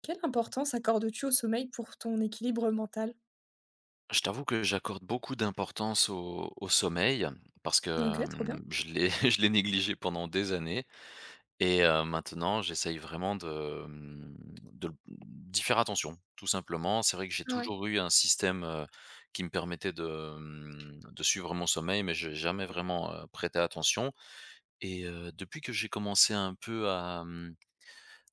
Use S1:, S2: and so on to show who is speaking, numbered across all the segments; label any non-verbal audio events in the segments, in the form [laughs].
S1: Quelle importance accordes-tu au sommeil pour ton équilibre mental?
S2: Je t'avoue que j'accorde beaucoup d'importance au sommeil parce que,
S1: OK, trop bien.
S2: je l'ai [laughs] je l'ai négligé pendant des années. Et maintenant j'essaye vraiment de, mmh, de l d'y faire attention, tout simplement. C'est vrai que j'ai
S1: Ouais.
S2: toujours eu un système, qui me permettait de suivre mon sommeil, mais j'ai jamais vraiment, prêté attention. Et depuis que j'ai commencé un peu à, mmh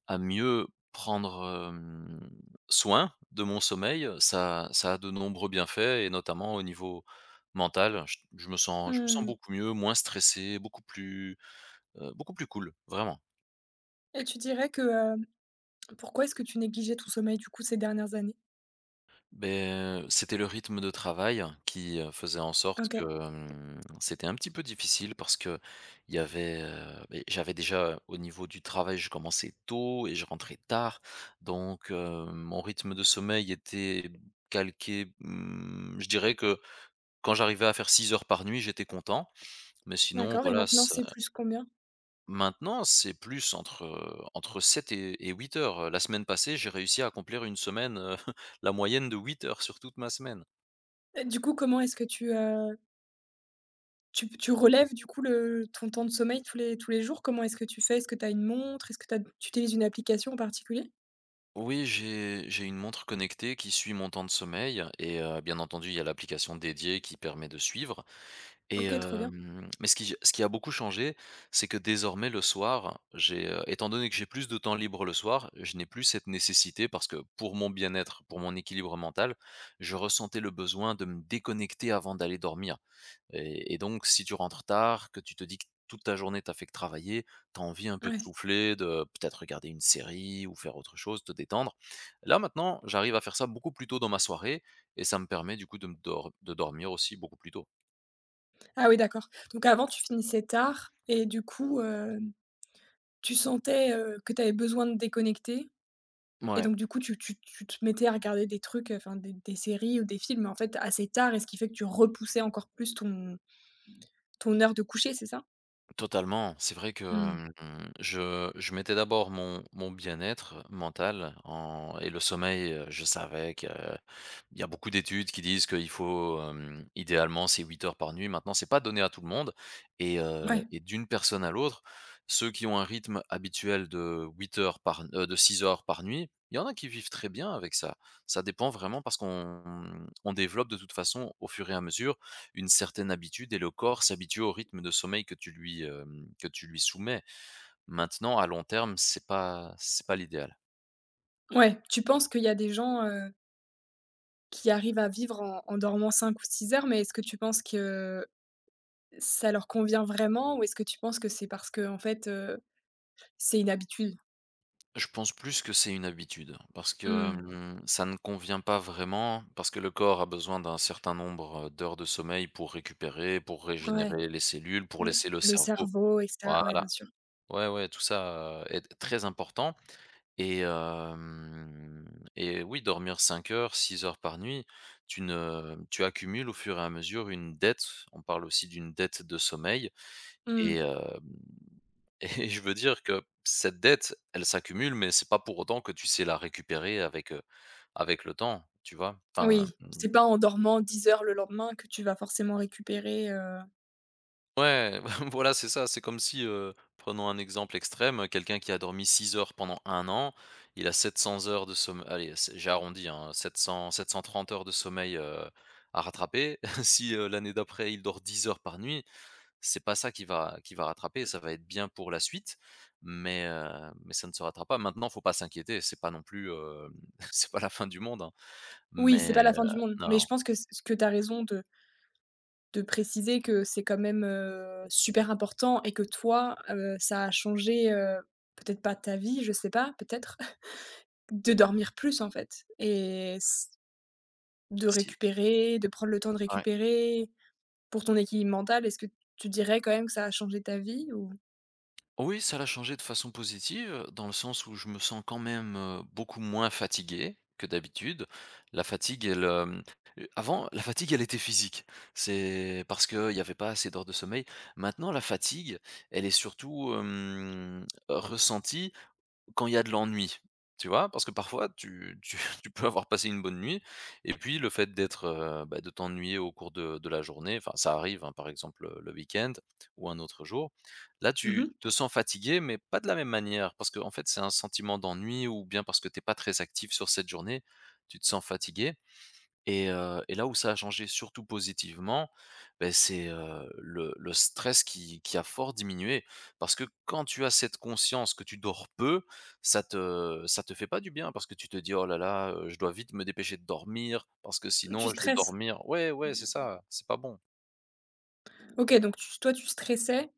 S2: à mieux prendre, soin de mon sommeil, ça a de nombreux bienfaits, et notamment au niveau mental. Je me sens
S1: Mmh.
S2: beaucoup mieux, moins stressé, beaucoup plus cool, vraiment.
S1: Et tu dirais que, pourquoi est-ce que tu négligeais ton sommeil, du coup, ces dernières années?
S2: Beh, c'était le rythme de travail qui, faisait en sorte que,
S1: OK.
S2: c'était un petit peu difficile, parce qu'il y avait, beh, j'avais déjà au niveau du travail, je commençais tôt et je rentrais tard, donc mon rythme de sommeil était calqué, je dirais que quand j'arrivais à faire 6 heures par nuit, j'étais content, mais sinon
S1: D'accord. Et
S2: voilà.
S1: maintenant,
S2: ça
S1: c'est plus combien?
S2: Maintenant, c'est plus entre 7 et 8 heures. La semaine passée, j'ai réussi à accomplir une semaine, [laughs] la moyenne de 8 heures sur toute ma semaine.
S1: Et du coup, comment est-ce que tu tu relèves, du coup, le ton temps de sommeil tous les jours? Comment est-ce que tu fais? Est-ce que tu as une montre? Est-ce que t'as tu utilises une application en particulier?
S2: Oui, j'ai une montre connectée qui suit mon temps de sommeil, et bien entendu, il y a l'application dédiée qui permet de suivre. Et
S1: OK, trop bien.
S2: mais ce qui a beaucoup changé, c'est que désormais le soir, étant donné que j'ai plus de temps libre le soir, je n'ai plus cette nécessité, parce que pour mon bien-être, pour mon équilibre mental, je ressentais le besoin de me déconnecter avant d'aller dormir. Et donc si tu rentres tard, que tu te dis que toute ta journée tu fait que travailler, t'as envie un peu de
S1: Ouais.
S2: souffler, de peut-être regarder une série ou faire autre chose, te détendre. Là maintenant, j'arrive à faire ça beaucoup plus tôt dans ma soirée, et ça me permet du coup de dormir aussi beaucoup plus tôt.
S1: Ah oui, d'accord. Donc avant, tu finissais tard et du coup, tu sentais, que tu avais besoin de déconnecter. Et
S2: Ouais,
S1: donc du coup, tu te mettais à regarder des trucs, enfin des séries ou des films, en fait, assez tard, et ce qui fait que tu repoussais encore plus ton ton heure de coucher, c'est ça?
S2: totalement. C'est vrai que,
S1: Mmh.
S2: je mettais d'abord mon bien-être mental en et le sommeil, je savais que. Il y a beaucoup d'études qui disent qu'il faut, idéalement, c'est 8 heures par nuit. Maintenant, c'est pas donné à tout le monde, et heu
S1: Ouais,
S2: et d'une personne à l'autre, ceux qui ont un rythme habituel de 8 heures par de 6 heures par nuit, il y en a qui vivent très bien avec ça. Ça dépend vraiment, parce qu'on développe de toute façon, au fur et à mesure, une certaine habitude, et le corps s'habitue au rythme de sommeil que tu lui soumets. Maintenant à long terme, c'est pas l'idéal.
S1: ouais. Tu penses qu'il y a des gens, qui arrivent à vivre en en dormant 5 ou 6 heures, mais est-ce que tu penses que ça leur convient vraiment? Ou est-ce que tu penses que c'est parce que en fait, c'est une habitude?
S2: Je pense plus que c'est une habitude, parce que
S1: Mmh.
S2: Mmh. ça ne convient pas vraiment, parce que le corps a besoin d'un certain nombre, d'heures de sommeil, pour récupérer, pour
S1: Ouais,
S2: régénérer les cellules, pour
S1: le
S2: laisser le
S1: le
S2: cerveau.
S1: cerveau et cetera. Ouais, bien
S2: Voilà,
S1: sûr.
S2: ouais, ouais, tout ça, est très important. Et hem et oui, dormir 5 heures, 6 heures par nuit, tu ne tu accumules au fur et à mesure une dette. On parle aussi d'une dette de sommeil,
S1: Mmh.
S2: et heu et je veux dire que cette dette, elle s'accumule, mais c'est pas pour autant que tu sais la récupérer avec le temps, tu vois? Enfin,
S1: Oui, c'est pas en dormant 10 heures le lendemain que tu vas forcément récupérer,
S2: ouais, [laughs] voilà, c'est ça. C'est comme si, prenons un exemple extrême, quelqu'un qui a dormi 6 heures pendant un an, il a 700 heures de somme, allez, c'est j'ai arrondi, hein, 700-730 heures de sommeil, à rattraper. [laughs] Si, l'année d'après, il dort 10 heures par nuit, c'est pas ça qui va rattraper. Ça va être bien pour la suite, mais ça ne se rattrape pas. Maintenant, faut pas s'inquiéter, c'est pas non plus, [laughs] c'est pas la fin du monde, hein,
S1: Oui, c'est
S2: mais
S1: pas la fin du monde, mais
S2: non,
S1: je pense que ce que tu as raison de préciser que c'est quand même, super important, et que toi, ça a changé, peut-être pas ta vie, je sais pas, peut-être, [laughs] de dormir plus, en fait, et s de
S2: si,
S1: récupérer, de prendre le temps de
S2: ouais.
S1: récupérer pour ton équilibre mental. Est-ce que tu dirais quand même que ça a changé ta vie ou?
S2: Oui, ça l'a changé de façon positive, dans le sens où je me sens quand même, beaucoup moins fatigué que d'habitude. La fatigue, elle, hem, Avant, la fatigue, elle était physique. C'est parce qu'il y avait pas assez d'heures de sommeil. Maintenant, la fatigue, elle est surtout, ressentie quand il y a de l'ennui, tu vois? Parce que parfois tu [laughs] tu peux avoir passé une bonne nuit, et puis le fait d'être, bah, de t'ennuyer au cours de la journée, enfin ça arrive, hein, par exemple, le week-end ou un autre jour. Là, tu
S1: Mmh.
S2: te sens fatigué, mais pas de la même manière, parce qu'en fait, c'est un sentiment d'ennui, ou bien parce que t'es pas très actif sur cette journée, tu te sens fatigué. Et là où ça a changé surtout positivement, beh, c'est, le stress qui a fort diminué. Parce que quand tu as cette conscience que tu dors peu, ça te fait pas du bien, parce que tu te dis: «Oh là là, je dois vite me dépêcher de dormir parce que
S1: Tu
S2: sinon je vais
S1: stresses?
S2: dormir.» Ouais, ouais, c'est ça, c'est pas bon.
S1: OK, donc tu toi, tu stressais,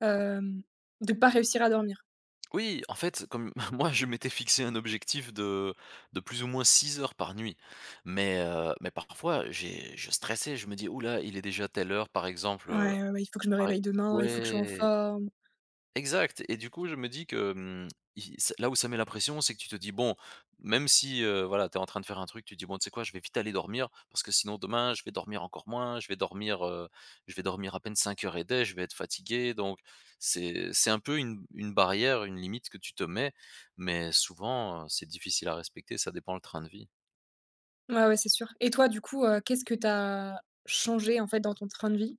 S1: hem, de pas réussir à dormir?
S2: Oui, en fait, comme [laughs] moi je m'étais fixé un objectif de plus ou moins 6 heures par nuit. Mais parfois j'ai je stressais, je me dis: «Ouh, il est déjà telle heure», par exemple,
S1: «Ouais, ouais, ouais, il faut que je me
S2: ouais,
S1: réveille demain, il faut que je sois en
S2: ouais.
S1: forme».
S2: Exact, et du coup, je me dis que, i ç là où ça met la pression, c'est que tu te dis: «Bon, même si, voilà, tu es en train de faire un truc, tu te dis: "Bon, tu sais quoi? Je vais vite aller dormir parce que sinon demain, je vais dormir encore moins, je vais dormir à peine 5 heures et demie. Je vais être fatigué".» Donc c'est un peu une barrière, une limite que tu te mets, mais souvent, c'est difficile à respecter, ça dépend le train de vie.
S1: Ouais, ouais, c'est sûr. Et toi, du coup, qu'est-ce que tu as changé, en fait, dans ton train de vie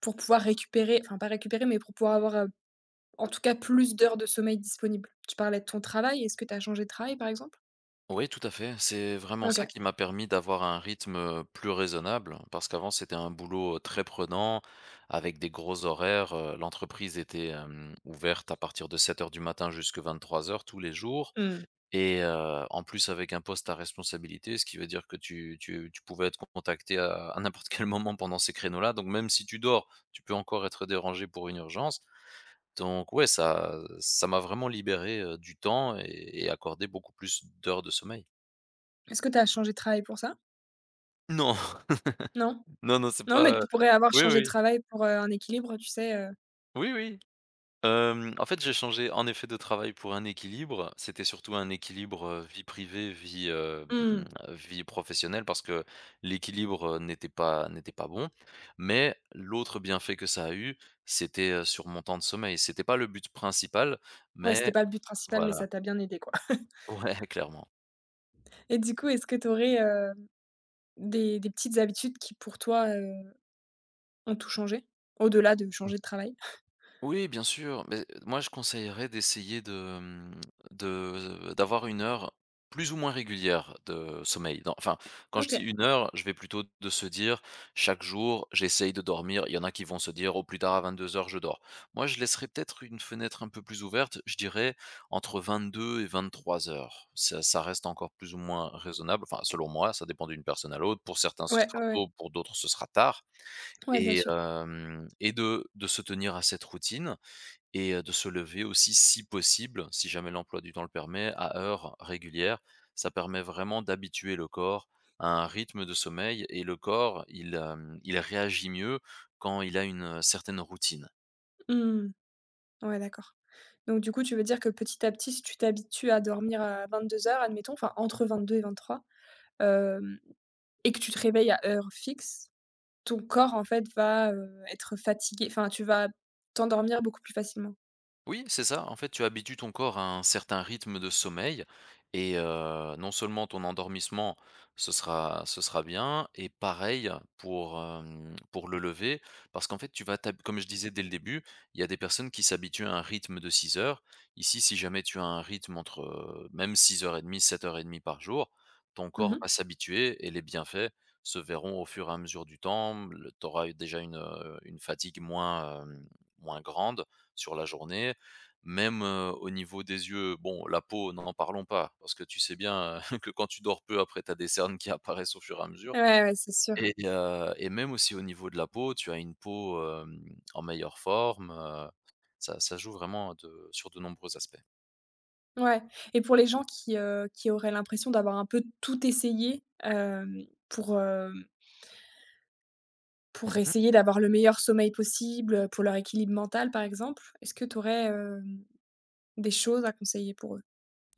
S1: pour pouvoir récupérer, enfin, pas récupérer, mais pour pouvoir avoir, en tout cas, plus d'heures de sommeil disponibles? Tu parlais de ton travail, est-ce que tu as changé de travail, par exemple?
S2: Oui, tout à fait. C'est vraiment ça
S1: OK.
S2: qui m'a permis d'avoir un rythme, plus raisonnable, hein, parce qu'avant c'était un boulot très prenant, avec des gros horaires. L'entreprise était, ouverte à partir de 7 heures du matin jusqu'à 23 heures tous les jours,
S1: Mmh.
S2: et en plus avec un poste à responsabilité, ce qui veut dire que tu pouvais être contacté à n'importe [laughs] quel moment pendant ces créneaux-là, donc même si tu dors, tu peux encore être dérangé pour une urgence. Donc ouais, ça m'a vraiment libéré, du temps, et accordé beaucoup plus d'heures de sommeil.
S1: Est-ce que tu as changé de travail pour ça?
S2: Non,
S1: Non?
S2: [laughs] non, non, c'est
S1: Non, mais
S2: pas,
S1: tu pourrais avoir
S2: oui,
S1: changé de
S2: oui,
S1: travail pour, un équilibre, tu sais,
S2: oui, oui. En fait, j'ai changé en effet de travail pour un équilibre. C'était surtout un équilibre, vie privée, vie, hem,
S1: Mmh.
S2: vie professionnelle, parce que l'équilibre, n'était pas bon. Mais l'autre bienfait que ça a eu, c'était, sur mon temps de sommeil. C'était pas le but principal,
S1: Ouais, c'était
S2: mais
S1: pas le but principal, mais
S2: voilà.
S1: ça t'a bien aidé, quoi. [laughs]
S2: [laughs] Ouais, clairement.
S1: Et du coup, est-ce que tu aurais des petites habitudes qui, pour toi, ont tout changé? Au-delà de changer de travail?
S2: Oui, bien sûr, mais moi je conseillerais d'essayer de, d'avoir une heure plus ou moins régulière de sommeil. Dans Enfin, quand je
S1: OK.
S2: dis une heure, je vais plutôt de se dire: «Chaque jour, j'essaye de dormir». Il y en a qui vont se dire: «Au plus tard à 22 heures je dors». Moi, je laisserai peut-être une fenêtre un peu plus ouverte, je dirais entre 22 et 23:00. Ça reste encore plus ou moins raisonnable, enfin selon moi, ça dépend d'une personne à l'autre. Pour certains, ce
S1: Ouais,
S2: sera
S1: ouais, ouais.
S2: tôt, pour d'autres, ce sera tard.
S1: Ouais, bien
S2: et
S1: sûr.
S2: hem et de se tenir à cette routine, et de se lever aussi si possible, si jamais l'emploi du temps le permet, à heures régulières. Ça permet vraiment d'habituer le corps à un rythme de sommeil, et le corps, il réagit mieux quand il a une, certaine routine.
S1: Mmh. Ouais, d'accord. Donc du coup, tu veux dire que petit à petit, si tu t'habitues à dormir à vingt-deux heures, admettons, enfin entre 22 et 23, hem, et que tu te réveilles à heure fixe, ton corps, en fait, va, être fatigué, enfin, tu vas t'endormir beaucoup plus facilement.
S2: Oui, c'est ça. En fait, tu habitues ton corps à un certain rythme de sommeil, et non seulement ton endormissement, ce sera bien, et pareil pour, pour le lever, parce qu'en fait, tu vas t'hab comme je disais dès le début, il y a des personnes qui s'habituent à un rythme de 6 heures. Ici, si jamais tu as un rythme entre, même 6:30, 7:30 par jour, ton corps va
S1: Mhm.
S2: s'habituer, et les bienfaits se verront au fur et à mesure du temps. Le Tu auras déjà une, fatigue moins grande sur la journée, même, au niveau des yeux. Bon, la peau, n'en parlons pas, parce que tu sais bien, [laughs] que quand tu dors peu, après, tu as des cernes qui [laughs] apparaissent au fur et à mesure,
S1: Ouais, ouais, c'est sûr.
S2: et même aussi au niveau de la peau, tu as une peau, en meilleure forme, ça joue vraiment de sur de nombreux aspects.
S1: Ouais. Et pour les gens qui auraient l'impression d'avoir un peu tout essayé, pour
S2: Mmh.
S1: essayer d'avoir le meilleur sommeil possible, pour leur équilibre mental, par exemple? Est-ce que tu aurais des choses à conseiller pour eux?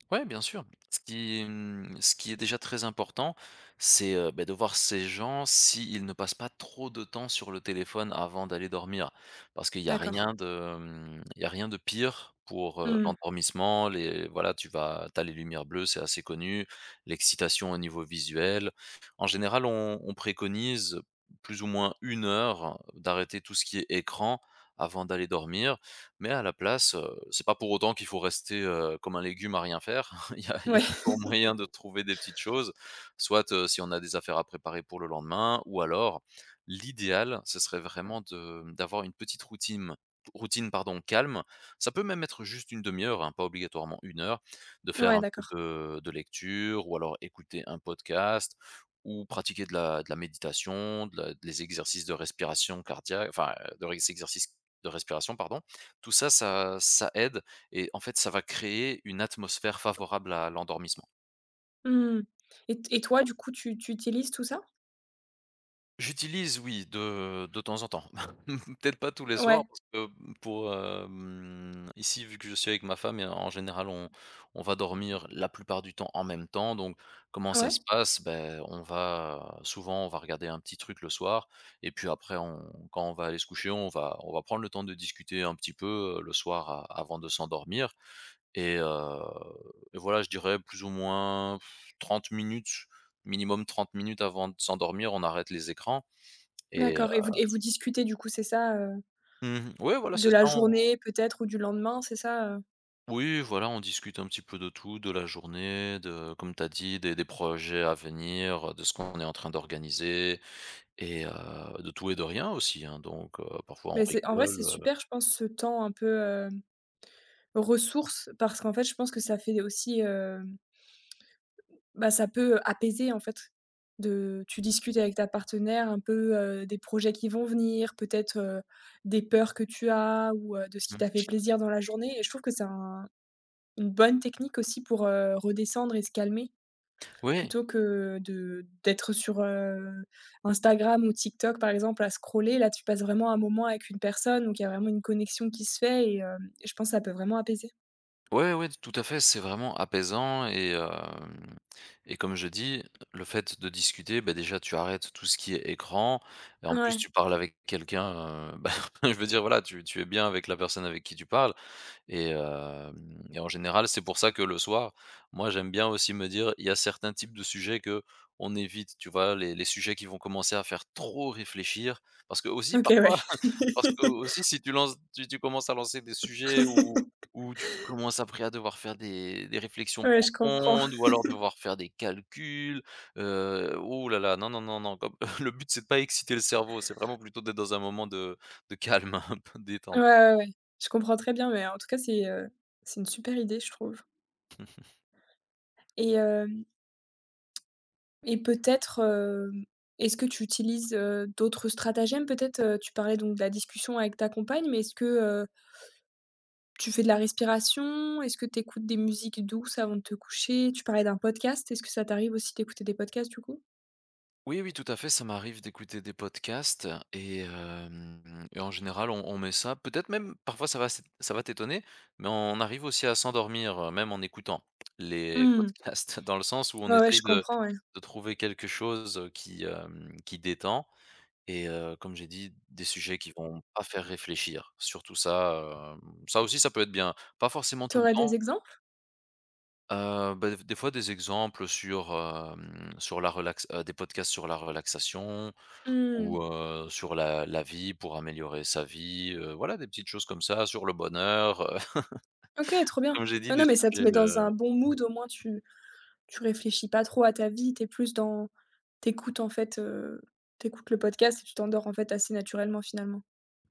S2: Ouais, bien sûr. Ce qui est déjà très important, c'est, de voir ces gens s'ils ne passent pas trop de temps sur le téléphone avant d'aller dormir. Parce qu'
S1: D'accord.
S2: il y a rien de pire pour,
S1: Mmh.
S2: l'endormissement, les voilà, tu vas t'as les lumières bleues, c'est assez connu, l'excitation au niveau visuel. En général, on préconise plus ou moins une heure d'arrêter tout ce qui est écran avant d'aller dormir. Mais à la place, c'est pas pour autant qu'il faut rester, comme un légume à rien faire. [laughs] Il y a il y
S1: Ouais,
S2: a
S1: [laughs]
S2: toujours moyen de trouver des petites choses, soit, si on a des affaires à préparer pour le lendemain, ou alors l'idéal, ce serait vraiment de d'avoir une petite routine routine pardon, calme. Ça peut même être juste une demi heure, hein, pas obligatoirement une heure, de faire
S1: ouais,
S2: un peu
S1: d'accord.
S2: de lecture ou alors écouter un podcast, ou pratiquer de la méditation, de la des exercices de respiration cardiaque, enfin, de res exercices de respiration pardon Tout ça, ça aide, et en fait, ça va créer une atmosphère favorable à l'endormissement.
S1: Mmh. Et toi, du coup, tu utilises tout ça?
S2: J'utilise, oui, de temps en temps. [laughs] Peut-être pas tous les soirs
S1: Ouais,
S2: parce que, pour, ici, vu que je suis avec ma femme, et en général, on va dormir la plupart du temps en même temps. Donc comment ça
S1: ouais,
S2: se passe? Ben, on va souvent, on va regarder un petit truc le soir, et puis après on, quand on va aller se coucher, on va prendre le temps de discuter un petit peu, le soir a avant de s'endormir. Et voilà, je dirais plus ou moins pff, 30 minutes, minimum 30 minutes avant de s'endormir, on arrête les écrans. Et
S1: d'accord. Et vous et vous discutez, du coup, c'est ça,
S2: oui, voilà,
S1: de
S2: c'est ça,
S1: la
S2: on,
S1: journée peut-être ou du lendemain, c'est ça,
S2: oui, voilà, on discute un petit peu de tout, de la journée, de, comme tu as dit, des projets à venir, de ce qu'on est en train d'organiser, et de tout et de rien aussi, hein, donc parfois on
S1: Mais c'est en vrai, c'est
S2: rigole.
S1: super, je pense, ce temps un peu, ressource, parce qu'en fait, je pense que ça fait aussi, bah, ça peut apaiser en fait, de tu discutes avec ta partenaire un peu, des projets qui vont venir, peut-être, des peurs que tu as ou, de ce qui
S2: Mmh.
S1: t'a fait plaisir dans la journée, et je trouve que c'est un une bonne technique aussi pour, redescendre et se calmer
S2: Oui.
S1: plutôt que de d'être sur, Instagram ou TikTok par exemple à scroller. Là, tu passes vraiment un moment avec une personne, donc il y a vraiment une connexion qui se fait, et hem, je pense que ça peut vraiment apaiser.
S2: Ouais, ouais, tout à fait, c'est vraiment apaisant, et hem et comme je dis, le fait de discuter, bah, déjà tu arrêtes tout ce qui est écran, et en plus
S1: Ouais,
S2: tu parles avec quelqu'un, [laughs] bah, je veux dire, voilà, tu es bien avec la personne avec qui tu parles. Et hem et en général, c'est pour ça que le soir, moi j'aime bien aussi me dire, il y a certains types de sujets que on évite, tu vois? Les sujets qui vont commencer à faire trop réfléchir, parce que aussi
S1: OK, ouais.
S2: parfois, parce que aussi si tu lances, tu commences à lancer des sujets où, où tu commences après à devoir faire des réflexions
S1: Ouais, je comprends.
S2: profondes ou alors devoir faire des calculs, ouh là là, non, non, non, non, comme [laughs] le but c'est de pas exciter le cerveau, c'est vraiment plutôt d'être dans un moment de calme, [laughs] un peu
S1: Ouais,
S2: détente.
S1: ouais, ouais. Je comprends très bien, mais en tout cas, c'est une super idée, je trouve, et hem et peut-être, est-ce que tu utilises, d'autres stratagèmes? Peut-être, tu parlais donc de la discussion avec ta compagne, mais est-ce que, tu fais de la respiration? Est-ce que tu écoutes des musiques douces avant de te coucher? Tu parlais d'un podcast, est-ce que ça t'arrive aussi d'écouter des podcasts, du coup?
S2: Oui, oui, tout à fait, ça m'arrive d'écouter des podcasts. Et hem et en général, on met ça, peut-être même parfois ça va s ça va t'étonner, mais on arrive aussi à s'endormir, même en écoutant les
S1: Mmh.
S2: podcasts. [laughs] Dans le sens où on
S1: Ouais, ouais,
S2: essaye
S1: je
S2: de
S1: comprends, ouais.
S2: de trouver quelque chose qui, qui détend. Et comme j'ai dit, des sujets qui vont pas faire réfléchir. Surtout ça, ça aussi, ça peut être bien. Pas forcément
S1: Tu
S2: tout le
S1: aurais
S2: temps.
S1: des exemples?
S2: Bah, des fois des exemples sur, hem, sur la relax des podcasts sur la relaxation,
S1: Mmh.
S2: ou, sur la vie pour améliorer sa vie, voilà, des petites choses comme ça, sur le bonheur, [laughs]
S1: OK, trop bien.
S2: comme j'ai dit,
S1: Non,
S2: des
S1: non, mais ça te
S2: sujets,
S1: met dans un bon mood, au moins tu réfléchis pas trop à ta vie, t'es plus dans t'écoutes en fait, tu le podcast et tu t'endors en fait assez naturellement finalement.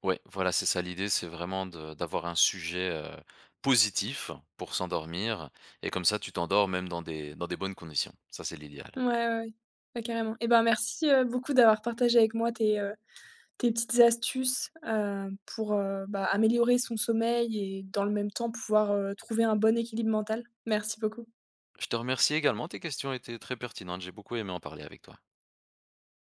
S2: ouais, voilà, c'est ça l'idée, c'est vraiment de d'avoir un sujet, positif pour s'endormir, et comme ça tu t'endors même dans des bonnes conditions. Ça c'est l'idéal.
S1: Ouais, ouais, ouais. Ouais, carrément. Et ben, merci, beaucoup d'avoir partagé avec moi tes, tes petites astuces, pour, bah, améliorer son sommeil et dans le même temps pouvoir, trouver un bon équilibre mental. Merci beaucoup.
S2: Je te remercie également, tes questions étaient très pertinentes, j'ai beaucoup aimé en parler avec toi.